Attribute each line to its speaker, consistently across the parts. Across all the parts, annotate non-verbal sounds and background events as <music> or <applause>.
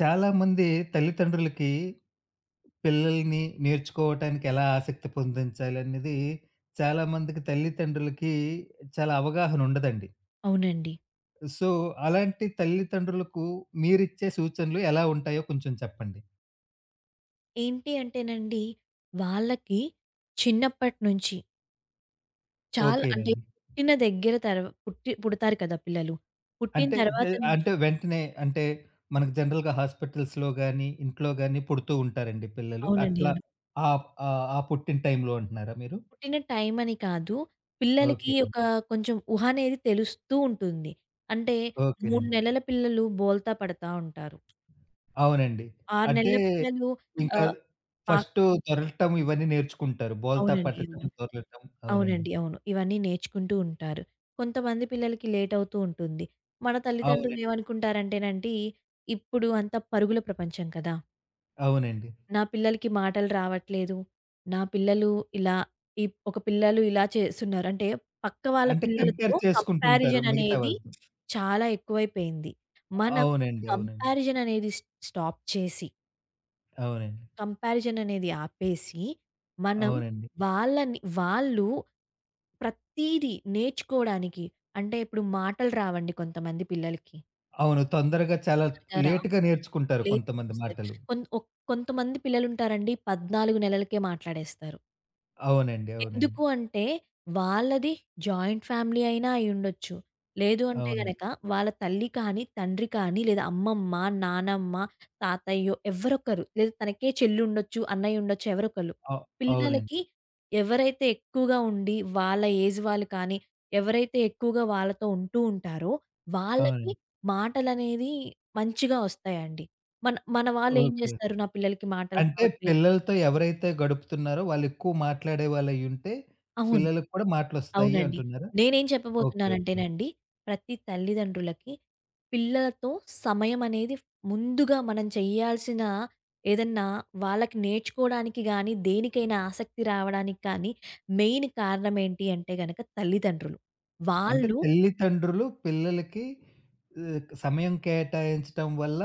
Speaker 1: చాలామంది తల్లిదండ్రులకి పిల్లల్ని నేర్చుకోవటానికి ఎలా ఆసక్తి పొందించాలి అనేది చాలామందికి తల్లిదండ్రులకి చాలా అవగాహన ఉండదండి.
Speaker 2: అవునండి.
Speaker 1: సో, అలాంటి తల్లిదండ్రులకు మీరిచ్చే సూచనలు ఎలా ఉంటాయో కొంచెం చెప్పండి?
Speaker 2: ఏంటి అంటేనండి, వాళ్ళకి చిన్నప్పటి నుంచి చాలా అంటే
Speaker 1: ఓకేనండి.
Speaker 2: పుట్టిన దగ్గర పుట్టి పుడతారు కదా పిల్లలు. పుట్టిన
Speaker 1: అంటే
Speaker 2: తర్వాత
Speaker 1: జె
Speaker 2: నుంచి
Speaker 1: అంటే వెంటనే మనకు జనరల్‌గా హాస్పిటల్స్‌లో గాని, ఇంట్లో గాని పుడుతూ ఉంటారండి పిల్లలు.
Speaker 2: అవునండి,
Speaker 1: అట్లా
Speaker 2: అవును.
Speaker 1: ఆహ్, ఆహ్, ఆ పుట్టిన టైంలో అంటున్నారా మీరు?
Speaker 2: పుట్టిన టైం అని కాదు. పిల్లలకి ఒక
Speaker 1: ఓకేనండి.
Speaker 2: కొంచెం ఊహ అనేది తెలుస్తూ ఉంటుంది. అంటే 3
Speaker 1: ఓకేనండి.
Speaker 2: నెలల పిల్లలు బోల్తా పడతా ఉంటారు.
Speaker 1: అవునండి.
Speaker 2: 6
Speaker 1: అంటే
Speaker 2: నెలల పిల్లలు
Speaker 1: ఇంకా
Speaker 2: ఆహ్, పాక్
Speaker 1: ఫస్టు దొరలటం ఇవన్నీ నేర్చుకుంటారు. బోల్తా
Speaker 2: అవునండి,
Speaker 1: పట్టటం,
Speaker 2: అవును.
Speaker 1: దొరలటం. అవునండి.
Speaker 2: అవునండి, అవును, ఇవన్నీ నేర్చుకుంటూ ఉంటారు. కొంతమంది పిల్లలకి లేట్ అవుతూ ఉంటుంది. మన తల్లిదండ్రులు
Speaker 1: అవునండి.
Speaker 2: ఏమనుకుంటారంటేనండి, ఇప్పుడు అంతా పరుగుల ప్రపంచం కదా!
Speaker 1: అవునండి.
Speaker 2: నా పిల్లలకి మాటలు రావట్లేదు. నా పిల్లలు ఇలా ఈ ఒక పిల్లలు ఇలా చేస్తున్నారు. అంటే పక్క వాళ్ళ
Speaker 1: అంటే
Speaker 2: పిల్లలతో
Speaker 1: కంపేర్ చేసుకుంటుంటారు
Speaker 2: కంపారిజన్
Speaker 1: మిగతా
Speaker 2: అనేది
Speaker 1: వాళ్ళతో.
Speaker 2: చాలా ఎక్కువైపోయింది. మనం
Speaker 1: అవునండి. అవునండి.
Speaker 2: కంపారిజన్ అనేది స్టాప్ చేసి,
Speaker 1: అవునండి.
Speaker 2: కంపారిజన్ అనేది ఆపేసి, మనం
Speaker 1: అవునండి.
Speaker 2: వాళ్ళు ప్రతీదీ నేర్చుకోవడానికి, అంటే ఇప్పుడు మాటలు రావండి కొంతమంది పిల్లలకి.
Speaker 1: అవును. తొందరగా చాలా
Speaker 2: తొందరగా రావు,
Speaker 1: లేట్‌గా నేర్చుకుంటారు
Speaker 2: లేట్‌గా
Speaker 1: కొంతమంది
Speaker 2: వస్తాయి.
Speaker 1: మాటలు.
Speaker 2: కొన్ ఒక్ కొంతమంది పిల్లలుంటారండి, 14 నెలలకే మాట్లాడేస్తారు.
Speaker 1: అవునండి. అవునండి.
Speaker 2: ఎందుకు అంటే, వాళ్ళది జాయింట్ ఫ్యామిలీ అయినా అయ్యుండొచ్చు. లేదు అంటే
Speaker 1: అవునండి.
Speaker 2: గనక, వాళ్ళ తల్లి కానీ, తండ్రి కానీ, లేదా అమ్మమ్మ, నానమ్మ, తాతయ్యో ఎవ్వరొకరు, లేదా తనకే చెల్లుండొచ్చు, అన్నయ్యుండొచ్చు ఎవరొకళ్ళు.
Speaker 1: అవ్ అవునండి.
Speaker 2: పిల్లలకి ఎవరైతే ఎక్కువగా ఉండి, వాళ్ళ ఏజ్ వాళ్ళు కానీ, ఎవరైతే ఎక్కువగా వాళ్ళతో ఉంటూ ఉంటారో, వాళ్ళకి
Speaker 1: అవునండి.
Speaker 2: మాటలనేది మంచిగా ఒస్తాయండి. మన మన వాళ్ళేం
Speaker 1: ఓకే.
Speaker 2: జేస్తారు, నా పిల్లలకి మాటలు
Speaker 1: అంటే
Speaker 2: రావట్లేదు
Speaker 1: పిల్లలతో ఎవరైతే గడుపుతున్నారో వాళ్ళెక్కువ మాట్లాడే వాళ్ళయ్యుంటే
Speaker 2: అవును.
Speaker 1: పిల్లలకి కూడా మాటలొస్తాయి
Speaker 2: అవునండి.
Speaker 1: అంటున్నారా?
Speaker 2: నేనేం
Speaker 1: ఓకే. ఓకే.
Speaker 2: చెప్పబోతున్నానంటేనండి, ప్రతి తల్లిదండ్రులకి పిల్లలతో సమయమనేది ముందుగా మనం చేయాల్సిన ఏదన్నా వాళ్ళకి నేర్చుకోవడానికి గానీ, దేనికైనా ఆసక్తి రావడానికి కానీ, మెయిన్ కారణమేంటి అంటే గనక తల్లిదండ్రులు.
Speaker 1: అంటే
Speaker 2: వాళ్ళు
Speaker 1: తల్లితండ్రులు పిల్లలకి సమయం కేటాయించటం వల్ల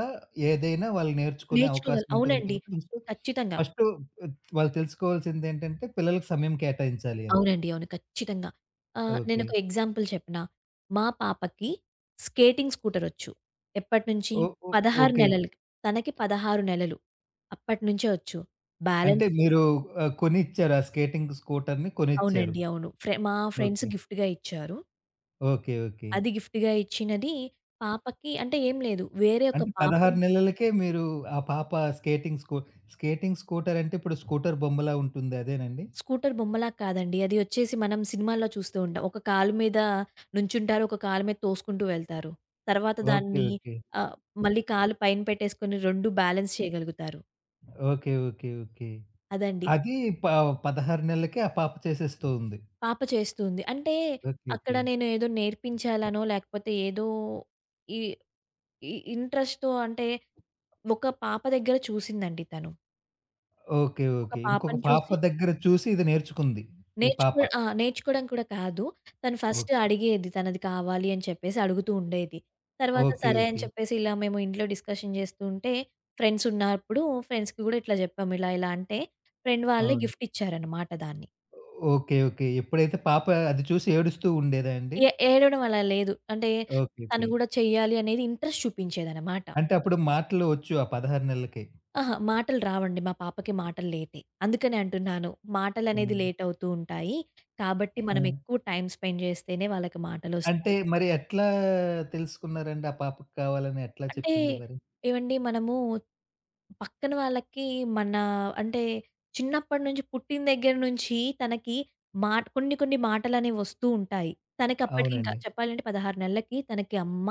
Speaker 1: ఏదైనా వాళ్ళు నేర్చుకునే
Speaker 2: నేర్చుకోగల
Speaker 1: అవకాశం ఉంటుంది
Speaker 2: అవునండి,
Speaker 1: కాబట్టి ఫస్ట్,
Speaker 2: ఖచ్చితంగా.
Speaker 1: ఫస్టు వాళ్ళు తెలుసుకోవాల్సిందేంటంటే పిల్లలకి సమయం కేటాయించాలి అని.
Speaker 2: అవునండి, అవును, ఖచ్చితంగా. ఆహ్, హ్మ్.
Speaker 1: ఓకే.
Speaker 2: నేనొక ఎగ్జాంపుల్ చెప్పనా? మా పాపకి స్కేటింగ్ స్కూటరొచ్చు. ఎప్పటినుంచి?
Speaker 1: ఓ ఓ
Speaker 2: 16
Speaker 1: ఓకే.
Speaker 2: నెలలకి. తనకి 16 నెలలు. అప్పటినుంచే ఒచ్చు,
Speaker 1: అంటే
Speaker 2: బ్యాలెన్స్ చేస్తది.
Speaker 1: మీరు కొనిచ్చారు ఆ స్కేటింగ్ స్కూటర్‌ని కొనిచ్చారు.
Speaker 2: అవునండి, అవును. మా ఫ్రెండ్స్
Speaker 1: ఓకే.
Speaker 2: గిఫ్ట్‌గా ఇచ్చారు.
Speaker 1: ఓకే. ఓకే.
Speaker 2: అది గిఫ్ట్‌గా ఇచ్చినది పాపకి అంటే ఏం లేదు. వేరే ఒక
Speaker 1: అంటే
Speaker 2: పాప,
Speaker 1: 16 నెలలకే మీరు ఆ పాప స్కేటింగ్ స్కూ స్కేటింగ్ స్కూటర్ అంటే ఇప్పుడు స్కూటర్ బొమ్మలా ఉంటుంది అదేనండి?
Speaker 2: స్కూటర్ బొమ్మలా కాదండి. అది వచ్చేసి మనం సినిమాల్లో చూస్తూ ఉంటాం. ఒక కాలు మీద నుంచుంటారు, ఒక కాలు మీద తోసుకుంటూ వెళ్తారు. తర్వాత
Speaker 1: ఓకే.
Speaker 2: దాన్ని
Speaker 1: ఓకే.
Speaker 2: ఆహ్, మళ్ళీ కాలు పైన పెట్టేసుకొని 2 బ్యాలెన్స్ చేయగలుగుతారు.
Speaker 1: ఓకే. ఓకే. ఓకే.
Speaker 2: అదండి.
Speaker 1: అది ప 16 నెలలకే ఆ పాప చేసేస్తోంది.
Speaker 2: పాప చేస్తుంది. అంటే
Speaker 1: ఓకే.
Speaker 2: అక్కడ
Speaker 1: ఓకే.
Speaker 2: నేను ఏదో నేర్పించాలనో, లేకపోతే ఏదో ఈ ఈ ఇంట్రెస్ట్‌తో, అంటే ఒక పాప దగ్గర చూసిందండి తను.
Speaker 1: ఓకే.
Speaker 2: ఒక
Speaker 1: ఓకే. ఇంకొక
Speaker 2: పాపని
Speaker 1: పాప
Speaker 2: చూసి
Speaker 1: దగ్గర చూసి ఇది నేర్చుకుంది. ఈ పాప.
Speaker 2: నేర్చుకో ఆ! నేర్చుకోవడం కూడా కాదు. తను ఫస్ట్
Speaker 1: ఓకే.
Speaker 2: అడిగేది తనది కావాలి అని చెప్పేసి అడుగుతూ ఉండేది. తర్వాత
Speaker 1: ఓకే.
Speaker 2: సరే అని
Speaker 1: ఓకే.
Speaker 2: చెప్పేసి ఇలా మేము ఇంట్లో డిస్కషన్ చేస్తూ ఉంటే ఫ్రెండ్స్ ఉన్నప్పుడు, ఫ్రెండ్స్‌కి కూడా ఇట్లా చెప్పాము. ఇలా ఇలా అంటే ఫ్రెండ్ వాళ్ళే
Speaker 1: అవును.
Speaker 2: గిఫ్ట్ ఇచ్చారన్నమాట దాన్ని.
Speaker 1: ఓకే. ఓకే. ఎప్పుడైతే పాప అది చూసి ఏడుస్తూ ఉండేదా అండి?
Speaker 2: ఏడవడం అలా లేదు. అంటే
Speaker 1: ఓకే.
Speaker 2: తను
Speaker 1: ఓకే.
Speaker 2: కూడా చెయ్యాలి అనేది, ఇంట్రెస్ట్ చూపించేదన్నమాట.
Speaker 1: అంటే అప్పుడు మాటలు వచ్చు ఆ 16 నెలలకే.
Speaker 2: ఆహా! మాటలు రావండి. మా పాపకి మాటలు లేటే. అందుకనే అంటున్నాను. మాటలనేది
Speaker 1: హ్మ్.
Speaker 2: లేట్ అవుతూ ఉంటాయి. కాబట్టి మనం
Speaker 1: ఆ!
Speaker 2: ఎక్కువ టైమ్ స్పెండ్ చేస్తేనే వాళ్ళకి
Speaker 1: అంటే
Speaker 2: మాటలొస్తాయి.
Speaker 1: మరి ఎట్లా తెలుసుకున్నారండి? ఆ పాపకి కావాలని ఎట్లా
Speaker 2: అంటే
Speaker 1: చెప్పింది మరి?
Speaker 2: ఏవండి మనము పక్కన వాళ్ళకి మన అంటే చిన్నప్పటి నుంచి పుట్టిన దగ్గర నుంచి తనకి మాట, కొన్ని కొన్ని మాటలనేవి వస్తూ ఉంటాయి. తనకి అప్పటికి ఇంకా
Speaker 1: అవునండి.
Speaker 2: చెప్పాలంటే 16 నెలలకి తనకి అమ్మ,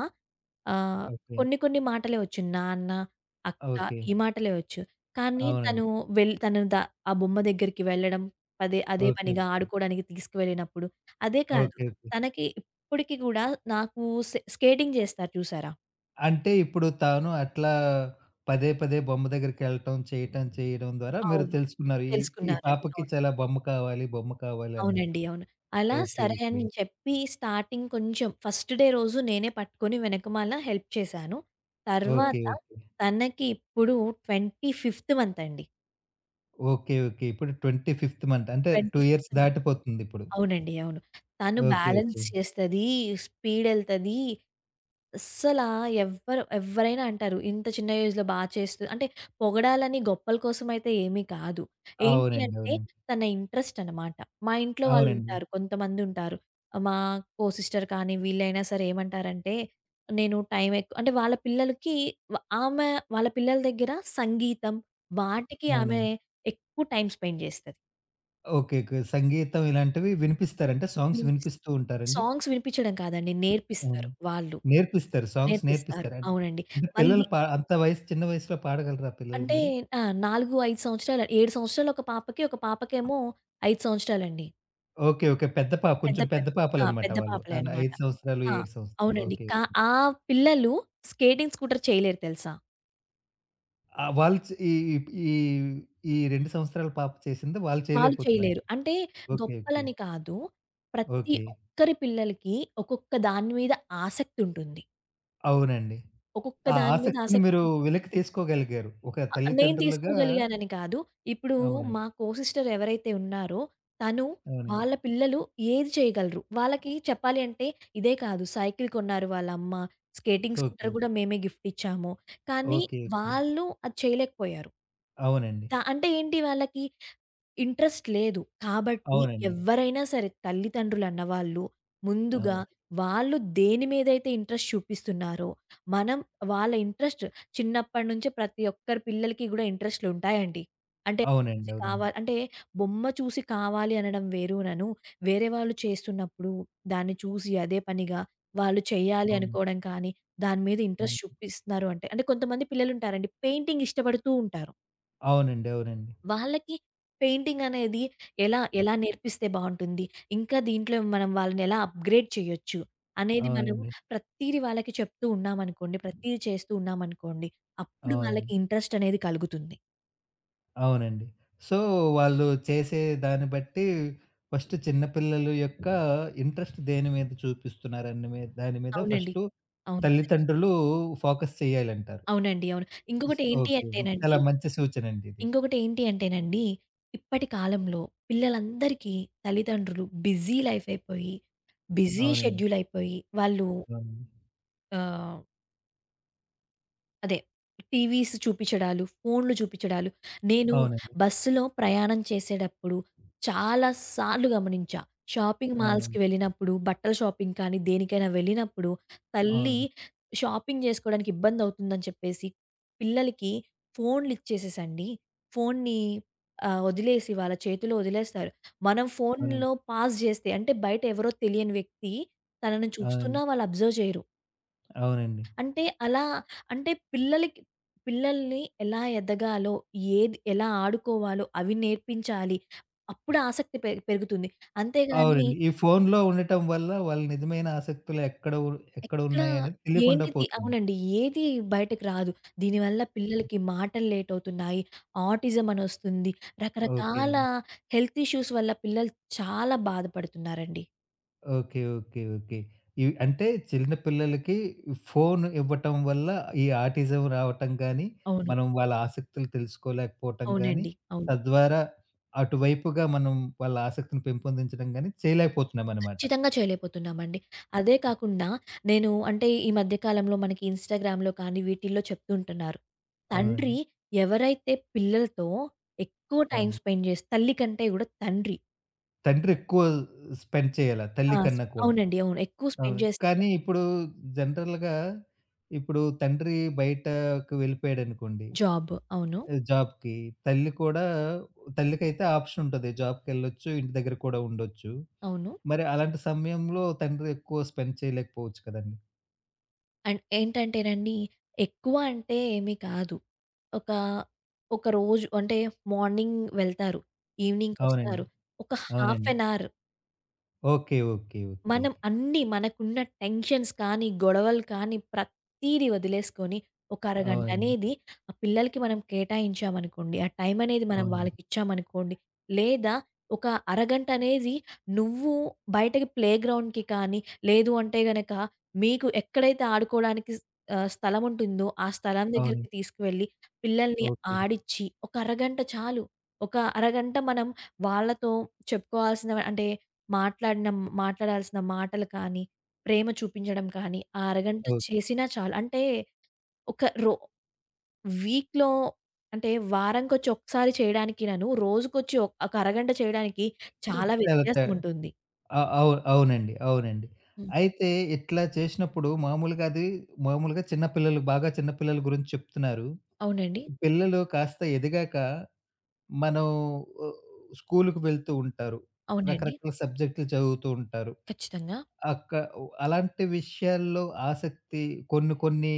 Speaker 2: ఆహ్,
Speaker 1: ఓకే.
Speaker 2: కొన్ని కొన్ని మాటలే వచ్చు. నాన్న, అక్క,
Speaker 1: ఓకే.
Speaker 2: ఈ మాటలే వచ్చు. కానీ తను
Speaker 1: అవునండి.
Speaker 2: వెళ్ తను ద ఆ బొమ్మ దగ్గరికి వెళ్ళడం, అదే అదే
Speaker 1: ఓకే. ఓకే.
Speaker 2: పనిగా ఆడుకోవడానికి తీసుకువెళ్ళినప్పుడు, అదే కాదు,
Speaker 1: ఓకే. ఓకే.
Speaker 2: తనకి ఇప్పటికి కూడా నాకు స్కేటింగ్ చేస్తారు చూసారా?
Speaker 1: అంటే ఇప్పుడు తాను అట్లా పదే, పదే బొమ్మ దగ్గరికెళ్ళటం, చేయటం, చేయడం ద్వారా మీరు
Speaker 2: అవును,
Speaker 1: తెలుసుకున్నారు. ఈ ఈ
Speaker 2: తెలుసుకున్నారండి,
Speaker 1: పాపకి
Speaker 2: అవును.
Speaker 1: చాలా బొమ్మ కావాలి, బొమ్మ కావాలి అన్నట్టు.
Speaker 2: అవునండి, అవును. అలా
Speaker 1: ఓకే.
Speaker 2: సరే అని
Speaker 1: ఓకే.
Speaker 2: నేను చెప్పి స్టార్టింగ్ కొంచెం ఫస్ట్ డే రోజు నేనే పట్టుకొని వెనకమాల హెల్ప్ చేశాను.
Speaker 1: ఓకే.
Speaker 2: తర్వాత
Speaker 1: ఓకే.
Speaker 2: తనకి ఇప్పుడు 25th మంత్ అండి.
Speaker 1: ఓకే. ఓకే. ఇప్పుడు 25th month అంటే 2 ఇయర్స్
Speaker 2: 25th మంత్.
Speaker 1: దాటిపోతుందిప్పుడు.
Speaker 2: అవునండి, అవును. తను
Speaker 1: ఓకే.
Speaker 2: Balance
Speaker 1: okay.
Speaker 2: చేస్తది, స్పీడెళ్తది. అస్సలా ఎవ్వరైనా అంటారు, ఇంత చిన్న ఏజ్‌లో బా చేస్తు అంటే. పొగడాలని గొప్పల కోసమయితే ఏమీ కాదు. ఏంటి
Speaker 1: అవునండి.
Speaker 2: అంటే
Speaker 1: అవునండి.
Speaker 2: తన ఇంట్రెస్ట్ అనమాట. మా ఇంట్లో
Speaker 1: అవునండి.
Speaker 2: వాళ్ళుంటారు, కొంతమందుంటారు. మా కో సిస్టర్ కానీ వీళ్ళైనా సరే ఏమంటారంటే, నేను టైం ఎక్కువ అంటే వాళ్ళ పిల్లలకి వ ఆమె వాళ్ళ పిల్లల దగ్గర సంగీతం వాటికి ఆమె
Speaker 1: అవునండి.
Speaker 2: ఎక్కువ టైమ్ స్పెండ్ చేస్తది,
Speaker 1: ఓకే. ఓకే. సంగీతం ఇలాంటివి వినిపిస్తారు. అంటే సాంగ్స్
Speaker 2: వినిపిస్తది.
Speaker 1: వినిపిస్తూ ఉంటారండి?
Speaker 2: సాంగ్స్ వినిపించడం కాదండి, నేర్పిస్తారు
Speaker 1: అవును.
Speaker 2: వాళ్ళు.
Speaker 1: నేర్పిస్తారు. సాంగ్స్
Speaker 2: నేర్పిస్తారు,
Speaker 1: నేర్పిస్తారా అండి?
Speaker 2: అవునండి.
Speaker 1: అంటే
Speaker 2: మళ్ళీ
Speaker 1: పిల్లలు అంత వయసు చిన్న వయసులో పాడగలరా పిల్లలు
Speaker 2: అంటే
Speaker 1: మరి?
Speaker 2: ఆ! 4, 5 సంవత్సరాలు, 7 సంవత్సరాలు ఒక పాపకి, ఒక పాపకేమో 5 సంవత్సరాలండి.
Speaker 1: ఓకే. ఓకే. పెద్ద పాప
Speaker 2: పెద్ద
Speaker 1: కొంచెం
Speaker 2: పె
Speaker 1: పెద్ద
Speaker 2: ఆ!
Speaker 1: పాపలనమాట
Speaker 2: పెద్ద
Speaker 1: వాళ్ళు.
Speaker 2: పాపలే
Speaker 1: ఆన్
Speaker 2: అనమాట.
Speaker 1: 5 సంవత్సరాలు,
Speaker 2: ఆ!
Speaker 1: 7 సంవత్సరాలు.
Speaker 2: అవునండి.
Speaker 1: ఓకే.
Speaker 2: ఆ పిల్లలు స్కేటింగ్ స్కూటర్ చేయలేరు, తెలుసా?
Speaker 1: వాళ్ళు చ్ ఈ ఈ ఈ 2 సంవత్సరాల పాప చేసింది వాళ్ళు
Speaker 2: వాళ్ళు
Speaker 1: చేయలేకపోతున్నారు.
Speaker 2: చేయలేరు. అంటే
Speaker 1: ఓకే. ఓకే.
Speaker 2: గొప్పలని కాదు. ప్రతి
Speaker 1: ఓకే.
Speaker 2: ఒక్కరి పిల్లలకి ఒక్కొక్క దాని మీద ఆసక్తి ఉంటుంది.
Speaker 1: అవునండి.
Speaker 2: ఒక్కొక్క
Speaker 1: ఆ
Speaker 2: దాని మీద
Speaker 1: ఆసక్తిని మీరు
Speaker 2: ఆసక్తి.
Speaker 1: వెలికి తీసుకోగలిగారు. ఒక
Speaker 2: అ! నేను
Speaker 1: తల్లిదండ్రులుగా
Speaker 2: తీసుకోగలిగానని కాదు. ఇప్పుడు
Speaker 1: అవునండి.
Speaker 2: మా కో సిస్టర్ ఎవరైతే ఉన్నారో, తను
Speaker 1: అవునండి.
Speaker 2: వాళ్ళ పిల్లలు ఏది చేయగలరు, వాళ్ళకి చెప్పాలి అంటే, ఇదే కాదు, సైకిల్ కొన్నారు వాళ్ళమ్మ, స్కేటింగ్ స్కూటర్
Speaker 1: ఓకే.
Speaker 2: కూడా మేమే గిఫ్ట్ ఇచ్చాము. కానీ
Speaker 1: ఓకే. ఓకే.
Speaker 2: వాళ్ళు అది చేయలేకపోయారు.
Speaker 1: అవునండి.
Speaker 2: దా అంటే ఏంటి, వాళ్ళకి ఇంట్రెస్ట్ లేదు. కాబట్టి
Speaker 1: అవునండి.
Speaker 2: ఎవ్వరైనా సరే తల్లిదండ్రులన్నవాళ్ళు ముందుగా
Speaker 1: అవును.
Speaker 2: వాళ్ళు దేని మీదైతే ఇంట్రెస్ట్ చూపిస్తున్నారో, మనం వాళ్ళ ఇంట్రెస్ట్ చిన్నప్పటి నుంచే, ప్రతి ఒక్కరి పిల్లలకి గూడా ఇంట్రెస్ట్‌లుంటాయండి. అంటే
Speaker 1: అవునండి.
Speaker 2: చూసి కావా
Speaker 1: అవునండి.
Speaker 2: అంటే, బొమ్మ చూసి కావాలి అనడం వేరునను, వేరే వాళ్ళు చేస్తున్నప్పుడు దాన్ని చూసి అదే పనిగా వాళ్ళు చేయాలి
Speaker 1: అవును.
Speaker 2: అనుకోవడం కానీ, దాని మీద ఇంట్రెస్ట్
Speaker 1: అవును.
Speaker 2: చూపిస్తున్నారు అంటే, అంటే కొంతమంది పిల్లలుంటారండి పెయింటింగ్ ఇష్టపడుతూ ఉంటారు.
Speaker 1: అవునండి. అవునండి.
Speaker 2: వాళ్ళకి పెయింటింగ్ అనేది ఎలా ఎలా నేర్పిస్తే బావుంటుంది? ఇంకా దీంట్లో మనం వాళ్ళని ఎలా అప్‌గ్రేడ్ చేయొచ్చు అనేది, మనం
Speaker 1: అవునండి.
Speaker 2: ప్రతీది వాళ్ళకి చెప్తూ ఉన్నామనుకోండి, ప్రతీది చేస్తూ ఉన్నామనుకోండి, అప్పుడు వాళ్ళకి
Speaker 1: అవునండి.
Speaker 2: ఇంట్రెస్ట్ అనేది కలుగుతుంది.
Speaker 1: అవునండి. సో, వాళ్ళు చేసే దాన్ని బట్టి ఫస్ట్ చిన్న పిల్లల యొక్క ఇంట్రెస్ట్ దేని మీద చూపిస్తున్నారని మీ దాని మీద
Speaker 2: అవునండి,
Speaker 1: ఫస్టు
Speaker 2: అవును,
Speaker 1: తల్లిదండ్రులు ఫోకస్ చేయాలంటారు.
Speaker 2: అవునండి, అవును. ఇంకొకటి ఏంటి
Speaker 1: ఓకే.
Speaker 2: అంటేనండి,
Speaker 1: చాలా మంచి సూచనండి ఇది.
Speaker 2: ఇంకొకటి ఏంటి అంటేనండి, ఇప్పటి కాలంలో పిల్లలందరికీ తల్లిదండ్రులు బిజీ లైఫ్ అయిపోయి, బిజీ
Speaker 1: అవునండి.
Speaker 2: షెడ్యూల్ అయిపోయి, వాళ్ళు
Speaker 1: అవునండి.
Speaker 2: ఆహ్ అదే, టీవీస్ చూపిచ్చడాలు, ఫోన్‌లు చూపిచ్చడాలు. నేను
Speaker 1: అవునండి.
Speaker 2: బస్సులో ప్రయాణం చేసేటప్పుడు చాలా సార్లు గమనించా. షాపింగ్ మాల్స్‌కి
Speaker 1: అవునండి.
Speaker 2: వెళ్ళినప్పుడు, బట్టల షాపింగ్ కానీ, దేనికైనా వెళ్ళినప్పుడు తల్లి
Speaker 1: అవునండి.
Speaker 2: షాపింగ్ చేసుకోవడానికి ఇబ్బందవుతుందని చెప్పేసి పిల్లలకి ఫోన్‌లిచ్చేసేసండి. ఫోన్‌ని వదిలేసి వాళ్ళ చేతిలో వదిలేస్తారు. మనం ఫోన్‌లో
Speaker 1: అవునండి.
Speaker 2: పాస్ జేస్తే, అంటే బయట ఎవరో తెలియని వ్యక్తి తనని చూస్తున్నా
Speaker 1: అవునండి.
Speaker 2: వాళ్ళు అబ్జర్వ్ చేయరు.
Speaker 1: అవునండి.
Speaker 2: అంటే అలా, అంటే పిల్లలకి, పిల్లల్ని ఎలా ఎదగాలో, ఏది ఎలా ఆడుకోవాలో అవి నేర్పించాలి. అప్పుడు ఆసక్తి పెరుగుతుంది. అంతేగాని
Speaker 1: అవునండి. ఈ ఫోనులో ఉండటం వల్ల వాళ్ళ నిజమైన ఆసక్తులు ఎక్కడ
Speaker 2: ఎక్కడ
Speaker 1: ఉన్నాయనేది తెలియకుండా
Speaker 2: ఏంటిది,
Speaker 1: పోతుంది.
Speaker 2: అవునండి. ఏది బయటకి రాదు. దీనివల్ల పిల్లలకి మాటలు లేట్ అవుతున్నాయి. ఆటిజం అనొస్తుంది. రకరకాల
Speaker 1: ఓకేనండి.
Speaker 2: హెల్త్ ఇష్యూస్ వల్ల పిల్లలు చాలా బాధపడుతున్నారండి.
Speaker 1: ఓకే. ఓకే. ఓకే. ఇవి అంటే చిన్న పిల్లలకి ఫోను ఇవ్వటం వల్ల ఈ ఆటిజం రావటం గానీ,
Speaker 2: అవును.
Speaker 1: మనం వాళ్ళ ఆసక్తులు తెలుసుకోలేకపోవటం గానీ,
Speaker 2: అవునండి, అవును,
Speaker 1: తద్వారా అటువైపుగా మనం వాళ్ళ ఆసక్తిని పెంపొందించడం గానీ చేయలేకపోతున్నామనమాట.
Speaker 2: ఖచ్చితంగా చేయలేకపోతున్నామండి. అదే కాకుండా నేను, అంటే ఈ మధ్య కాలంలో మనకి ఇన్‌స్టాగ్రామ్‌లో కానీ వీటిల్లో చెప్తుంటున్నారు. తండ్రి
Speaker 1: అవునండి.
Speaker 2: ఎవరైతే పిల్లలతో ఎక్కువ టైమ్
Speaker 1: అవును.
Speaker 2: స్పెండ్ చేసి, తల్లి కంటే కూడా తండ్రి.
Speaker 1: తండ్రి ఎక్కువ స్పెండ్ చేయాల
Speaker 2: ఆ!
Speaker 1: తల్లి
Speaker 2: స్
Speaker 1: కన్నా కూడా.
Speaker 2: అవునండి, అవును, ఎక్కువ స్పెండ్
Speaker 1: అవును.
Speaker 2: చేస్తే.
Speaker 1: కానీ ఇప్పుడు జనరల్‌గా ఇప్పుడు తండ్రి బయటకు వెళ్ళిపోయాడనుకోండి
Speaker 2: జాబ్, అవును,
Speaker 1: జాబ్‌కి. తల్లి కూడా తల్లికైతే ఆప్షన్ ఉంటది. జాబ్‌కెళ్ళొచ్చు, ఇంటి దగ్గర కూడా ఉండొచ్చు.
Speaker 2: అవును.
Speaker 1: మరి అలాంటి సమయంలో తండ్రి ఎక్కువ స్పెండ్ చేయలేకపోవచ్చు కదండీ!
Speaker 2: అండ్ ఏంటంటేనండి, ఎక్కువ అంటే ఏమి కాదు. ఒక, ఒక రోజు అంటే మార్నింగ్ వెళ్తారు,
Speaker 1: అవునండి.
Speaker 2: ఈవినింగ్‌కొస్తారు. ఒక హాఫ్
Speaker 1: అవునండి.
Speaker 2: An hour,
Speaker 1: okay. Okay. Okay.
Speaker 2: మనం అన్నీ మనకున్న టెన్షన్స్ కానీ, గొడవలు కానీ ప్రతీది వదిలేసుకొని ఒక అరగంట
Speaker 1: అవునండి.
Speaker 2: అనేది ఆ పిల్లలకి మనం కేటాయించామనుకోండి. ఆ టైం అనేది మనం
Speaker 1: అవునండి.
Speaker 2: వాళ్ళకిచ్చామనుకోండి. లేదా ఒక అరగంట అనేది, నువ్వు బయటకి ప్లేగ్రౌండ్‌కి కానీ, లేదు అంటే గనక మీకు ఎక్కడైతే ఆడుకోవడానికి స్థలం ఉంటుందో ఆ స్థలం దగ్గరికి
Speaker 1: అవునండి.
Speaker 2: తీసుకువెళ్ళి పిల్లల్ని
Speaker 1: ఓకే.
Speaker 2: ఆడిచ్చి ఒక అరగంట చాలు. ఒక అరగంట మనం వాళ్ళతో చెప్పుకోవాల్సిన, అంటే మాట్లాడిన మాట్లాడాల్సిన మాటలు కానీ, ప్రేమ చూపించడం కానీ, ఆ అరగంట
Speaker 1: ఓకే.
Speaker 2: చేసినా చాలు. అంటే ఒక రో వీక్‌లో, అంటే వారానికొచ్చి ఒకసారి చేయడానికినను, రోజుకొచ్చి ఒక అరగంట చేయడానికి
Speaker 1: చ
Speaker 2: చాలా <laughs>
Speaker 1: చాలా త
Speaker 2: వ్యత్యాసం ఉంటుంది.
Speaker 1: అ అవు అవునండి. అవునండి.
Speaker 2: హ్మ్.
Speaker 1: అయితే ఇట్లా చేసినప్పుడు మామూలుగా అది మామూలుగా చిన్న పిల్లలు బాగా చిన్న పిల్లల గురించి చెప్తున్నారు.
Speaker 2: అవునండి,
Speaker 1: పిల్లలు కాస్త ఎదిగాక మనం ఆహ్, స్కూలుకి వెళ్తూ ఉంటారు.
Speaker 2: అవునండి,
Speaker 1: రకరకాల సబ్జెక్టులు చదువుతూ ఉంటారు.
Speaker 2: ఖచ్చితంగా.
Speaker 1: అక్క అలాంటి విషయాల్లో ఆసక్తి కొన్ని కొన్ని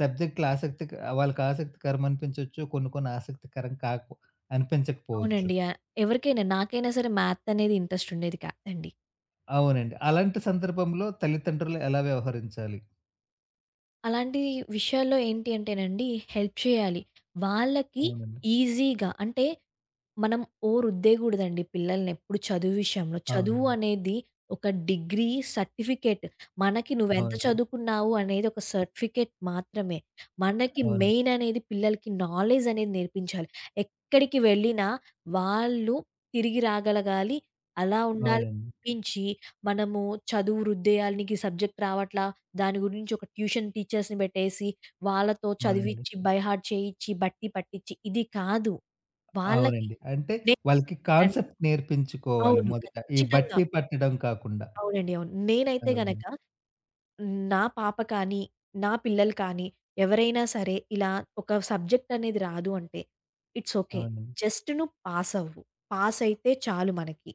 Speaker 1: సబ్జెక్టులు ఆసక్తి వాళ్ళకి ఆసక్తికరం అనిపించొచ్చు. కొన్ని కొన్ని ఆసక్తికరం కాక అనిపించకపోవచ్చు.
Speaker 2: అవునండి. ఎవరికైనా నాకైనా సరే మ్యాథ్ అనేది ఇంట్రెస్ట్ ఉండేది కాదండి.
Speaker 1: అవునండి. అలాంటి సందర్భంలో తల్లిదండ్రులు ఎలా వ్యవహరించాలి?
Speaker 2: అలాంటి విషయాల్లో ఏంటి అంటేనండి, హెల్ప్ చేయాలి వాళ్ళకి.
Speaker 1: అవునండి.
Speaker 2: ఈజీగా, అంటే మనం రుద్దేయగూడదండి పిల్లలనెప్పుడు చదువు విషయంలో. చదువు
Speaker 1: అవునండి.
Speaker 2: అనేది ఒక డిగ్రీ, సర్టిఫికేట్. మనకి నువ్వెంత
Speaker 1: అవునండి.
Speaker 2: చదువుకున్నావు అనేది ఒక సర్టిఫికేట్ మాత్రమే. మనకి
Speaker 1: అవునండి.
Speaker 2: మెయిన్ అనేది పిల్లలకి నాలెడ్జ్ అనేది నేర్పించాలి. ఎక్కడికి వెళ్ళినా వాళ్ళు తిరిగి రాగలగాలి. అలా ఉండాలి
Speaker 1: అవునండి.
Speaker 2: తప్పించి, మనము చదువు రుద్దేయాలి, నీకీ సబ్జెక్ట్ రావట్లా, దాని గురించి ఒక ట్యూషన్ టీచర్స్‌ని పెట్టేసి, వాళ్ళతో
Speaker 1: అవునండి.
Speaker 2: చదివిచ్చి, బై హార్ట్ చేయిచ్చి, బట్టి పట్టిచ్చి, ఇది కాదు. వాళ్ళకి
Speaker 1: అవునండి. అంటే వాళ్ళకి
Speaker 2: లేదండి.
Speaker 1: కాన్సెప్ట్ నేర్పించుకోవాలి
Speaker 2: అవును,
Speaker 1: మొదట. ఈ
Speaker 2: ఖచ్చితంగా.
Speaker 1: బట్టి పట్టడం కాకుండా.
Speaker 2: అవునండి, అవును. నేనైతే గనక
Speaker 1: అవునండి.
Speaker 2: నా పాప కానీ, నా పిల్లలు కానీ ఎవరైనా సరే ఇలా ఒక సబ్జెక్ట్ అనేది రాదు అంటే, ఇట్స్ ఓకే,
Speaker 1: అవునండి.
Speaker 2: జస్ట్ నువ్వు పాస్ అవ్వు. పాస్ అయితే చాలు మనకి.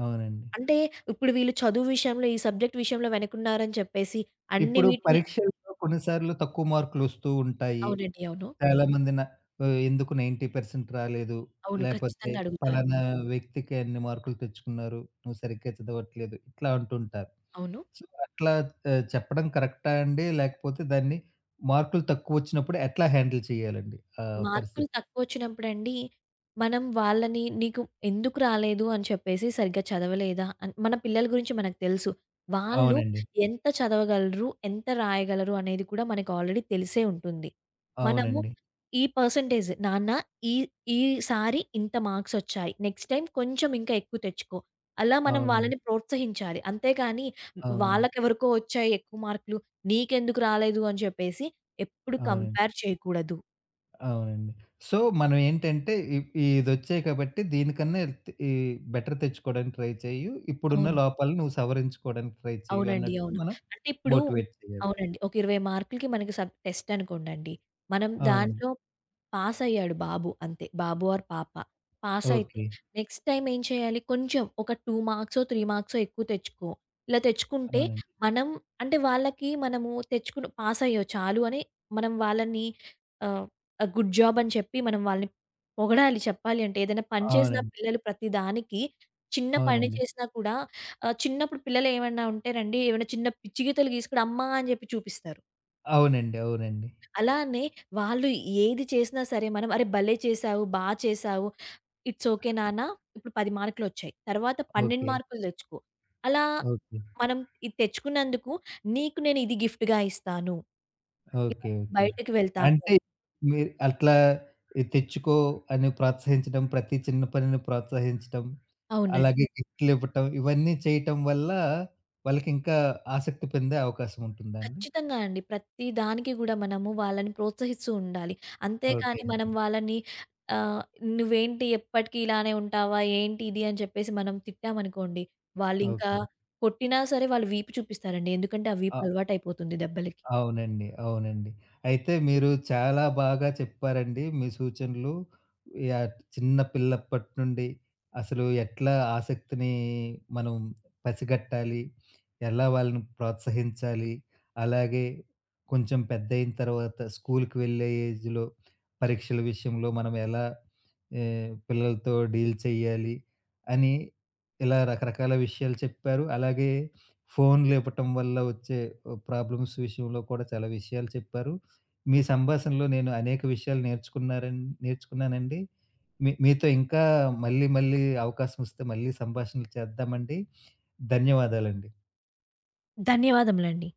Speaker 1: అవునండి.
Speaker 2: అంటే ఇప్పుడు వీళ్ళు చదువు విషయంలో, ఈ సబ్జెక్ట్ విషయంలో వెనకున్నారని చెప్పేసి అన్ని
Speaker 1: ఇప్పుడు
Speaker 2: వీటిల్లో,
Speaker 1: పరీక్షల్లో కొన్నిసార్లు తక్కువ మార్కులొస్తూ ఉంటాయి.
Speaker 2: అవునండి, అవును.
Speaker 1: చాలామంది న ఎందుకు 90% రాలేదు,
Speaker 2: అవును,
Speaker 1: లేపోతే
Speaker 2: ఖచ్చితంగా అడుగుతారు.
Speaker 1: పలానా వ్యక్తికి అన్ని మార్కులు తెచ్చుకున్నారు, నువ్వు సరిగ్గా చదవట్లేదు, ఇట్లా అంటుంటారు.
Speaker 2: అవును.
Speaker 1: సో, అట్లా చెప్పడం కరెక్టా అండి? లేకపోతే దాన్ని మార్కులు తక్కువొచ్చినప్పుడు ఎట్లా హ్యాండిల్ చేయాలండి ఆ
Speaker 2: మార్కులు
Speaker 1: పరిస్థితి?
Speaker 2: తక్కువొచ్చినప్పుడండి, మనం వాళ్ళని నీకు ఎందుకు రాలేదు అని చెప్పేసి, సరిగ్గా చదవలేదా అని, మన పిల్లల గురించి మనకు తెలుసు. వాళ్ళు
Speaker 1: అవునండి.
Speaker 2: ఎంత చదవగలరు, ఎంత రాయగలరు అనేది కూడా మనకు ఆల్రెడీ తెలిసే ఉంటుంది. మనము
Speaker 1: అవునండి.
Speaker 2: ఈ పర్సెంటేజ్ నాన్న, ఈ ఈసారి ఇంత మార్క్సొచ్చాయి, నెక్స్ట్ టైమ్ కొంచెం ఇంకా ఎక్కువ తెచ్చుకో, అలా మనం
Speaker 1: అవునండి.
Speaker 2: వాళ్ళని ప్రోత్సహించాలి. అంతేగాని
Speaker 1: అవునండి.
Speaker 2: వాళ్ళకెవరికో వచ్చాయి ఎక్కువ మార్కులు, నీకెందుకు రాలేదు అని చెప్పేసి ఎప్పుడు
Speaker 1: అవునండి.
Speaker 2: కంపేర్ చేయకూడదు.
Speaker 1: అవునండి. సో, మనం ఏంటంటే ఇదొచ్చాయి కాబట్టి దీనికన్నా ఎల్త్ ఈ బెటర్ తెచ్చుకోవడానికి ట్రై చెయ్యు. ఇప్పుడున్న
Speaker 2: అవును.
Speaker 1: లోపాలు నువ్వు సవరించుకోవడానికి ట్రై చెయ్యు
Speaker 2: అవునండి,
Speaker 1: అన్నట్టు
Speaker 2: అవును.
Speaker 1: మనం
Speaker 2: అంటే ఇప్పుడు
Speaker 1: మోటివేట్ చేయాలి.
Speaker 2: అవునండి, ఒక 20 మార్కులకి మనకి సబ్ టెస్ట్ అనుకోండండి. మనం
Speaker 1: అవునండి.
Speaker 2: దాంట్లో పాసయ్యాడు బాబు, అంతే. బాబు ఆర్ పాప. పాసయితే
Speaker 1: ఓకే.
Speaker 2: నెక్స్ట్ టైమ్ ఏం చేయాలి? కొంచెం ఒక 2 మార్క్సో, 3 మార్క్సో ఎక్కువ తెచ్చుకో. ఇలా తెచ్చుకుంటే
Speaker 1: అవునండి.
Speaker 2: మనం, అంటే వాళ్ళకి మనము తెచ్చుకున్న, పాసయ్యావు చాలు అని మనం వాళ్ళని ఆహ్, ఆహ్, గుడ్ జాబ్ అని చెప్పి మనం వాళ్ళని పొగడాలి చెప్పాలి అంటే. ఏదైనా పని చేసిన
Speaker 1: అవునండి.
Speaker 2: పిల్లలు ప్రతి దానికి, చిన్న పని
Speaker 1: అవునండి.
Speaker 2: చేసినా కూడా. చిన్నప్పుడు పిల్లలు ఏమన్నా ఉంటేనండి, ఏమైనా చిన్న పిచ్చి గీతలు గీసి కూడా అమ్మా! అని చెప్పి చూపిస్తారు.
Speaker 1: అవునండి. అవునండి.
Speaker 2: అలానే వాళ్ళు ఏది చేసినా సరే మనం, "అరె! భలే చేశావు, బా చేశావు. ఇట్స్ ఓకే నాన్న. ఇప్పుడు 10 మార్కులొచ్చాయి, తర్వాత 12
Speaker 1: ఓకే.
Speaker 2: మార్కులు తెచ్చుకో. అలా
Speaker 1: ఓకే.
Speaker 2: మనం ఇది తెచ్చుకున్నందుకు నీకు నేను ఇది గిఫ్ట్‌గా ఇస్తాను. ఇలా
Speaker 1: ఓకే. ఓకే.
Speaker 2: బయటకి వెళ్తాము."
Speaker 1: అంటే మీరు అట్లా ఇది తెచ్చుకో అని ప్రోత్సహించడం, ప్రతి చిన్న పనిని ప్రోత్సహించడం,
Speaker 2: అవునండి,
Speaker 1: అలాగే గిఫ్ట్‌లివ్వటం ఇవన్నీ చేయటం వల్ల వాళ్ళకింకా ఆసక్తి పెందే అవకాశం ఉంటుందా అండి?
Speaker 2: ఖచ్చితంగా అండి. ప్రతి దానికి గూడా మనము వాళ్ళని ప్రోత్సహిస్తూ ఉండాలి.
Speaker 1: ఓకే.
Speaker 2: అంతేకాని మనం వాళ్ళని ఆహ్, "నువ్వేంటి ఎప్పటికి ఇలానే ఉంటావా? ఏంటి ఇది?" అని చెప్పేసి మనం తిట్టామనుకోండి, వాళ్ళింకా,
Speaker 1: ఓకే.
Speaker 2: కొట్టినా సరే వాళ్ళు వీపు చూపిస్తారండి. ఎందుకంటే ఆ వీపు అలవాటయిపోతుంది దెబ్బలకి.
Speaker 1: అవునండి. అవునండి. అయితే మీరు చాలా బాగా చెప్పారండి. మీ సూచనలు యాహ్! చిన్న పిల్లప్పటి నుండి అసలు ఎట్లా ఆసక్తిని మనం పసిగట్టాలి? ఎలా వాళ్ళని ప్రోత్సహించాలి? అలాగే కొంచెం పెద్దయిన తర్వాత స్కూలుకి వెళ్ళే ఏజ్‌లో పరీక్షల విషయంలో మనం ఎలా పిల్లలతో డీల్ చేయాలి? అని ఇలా రకరకాల విషయాలు చెప్పారు. అలాగే ఫోన్లు ఇవ్వటం వల్ల వచ్చే ప్రాబ్లమ్స్ విషయంలో కూడా చాలా విషయాలు చెప్పారు. మీ సంభాషణలో నేను అనేక విషయాలు నేర్చుకున్నానండి. మీతో ఇంకా మళ్ళీ, మళ్ళీ అవకాశం వస్తే మళ్ళీ సంభాషణలు చేద్దామండి. ధన్యవాదాలండి.
Speaker 2: ధన్యవాదములండి.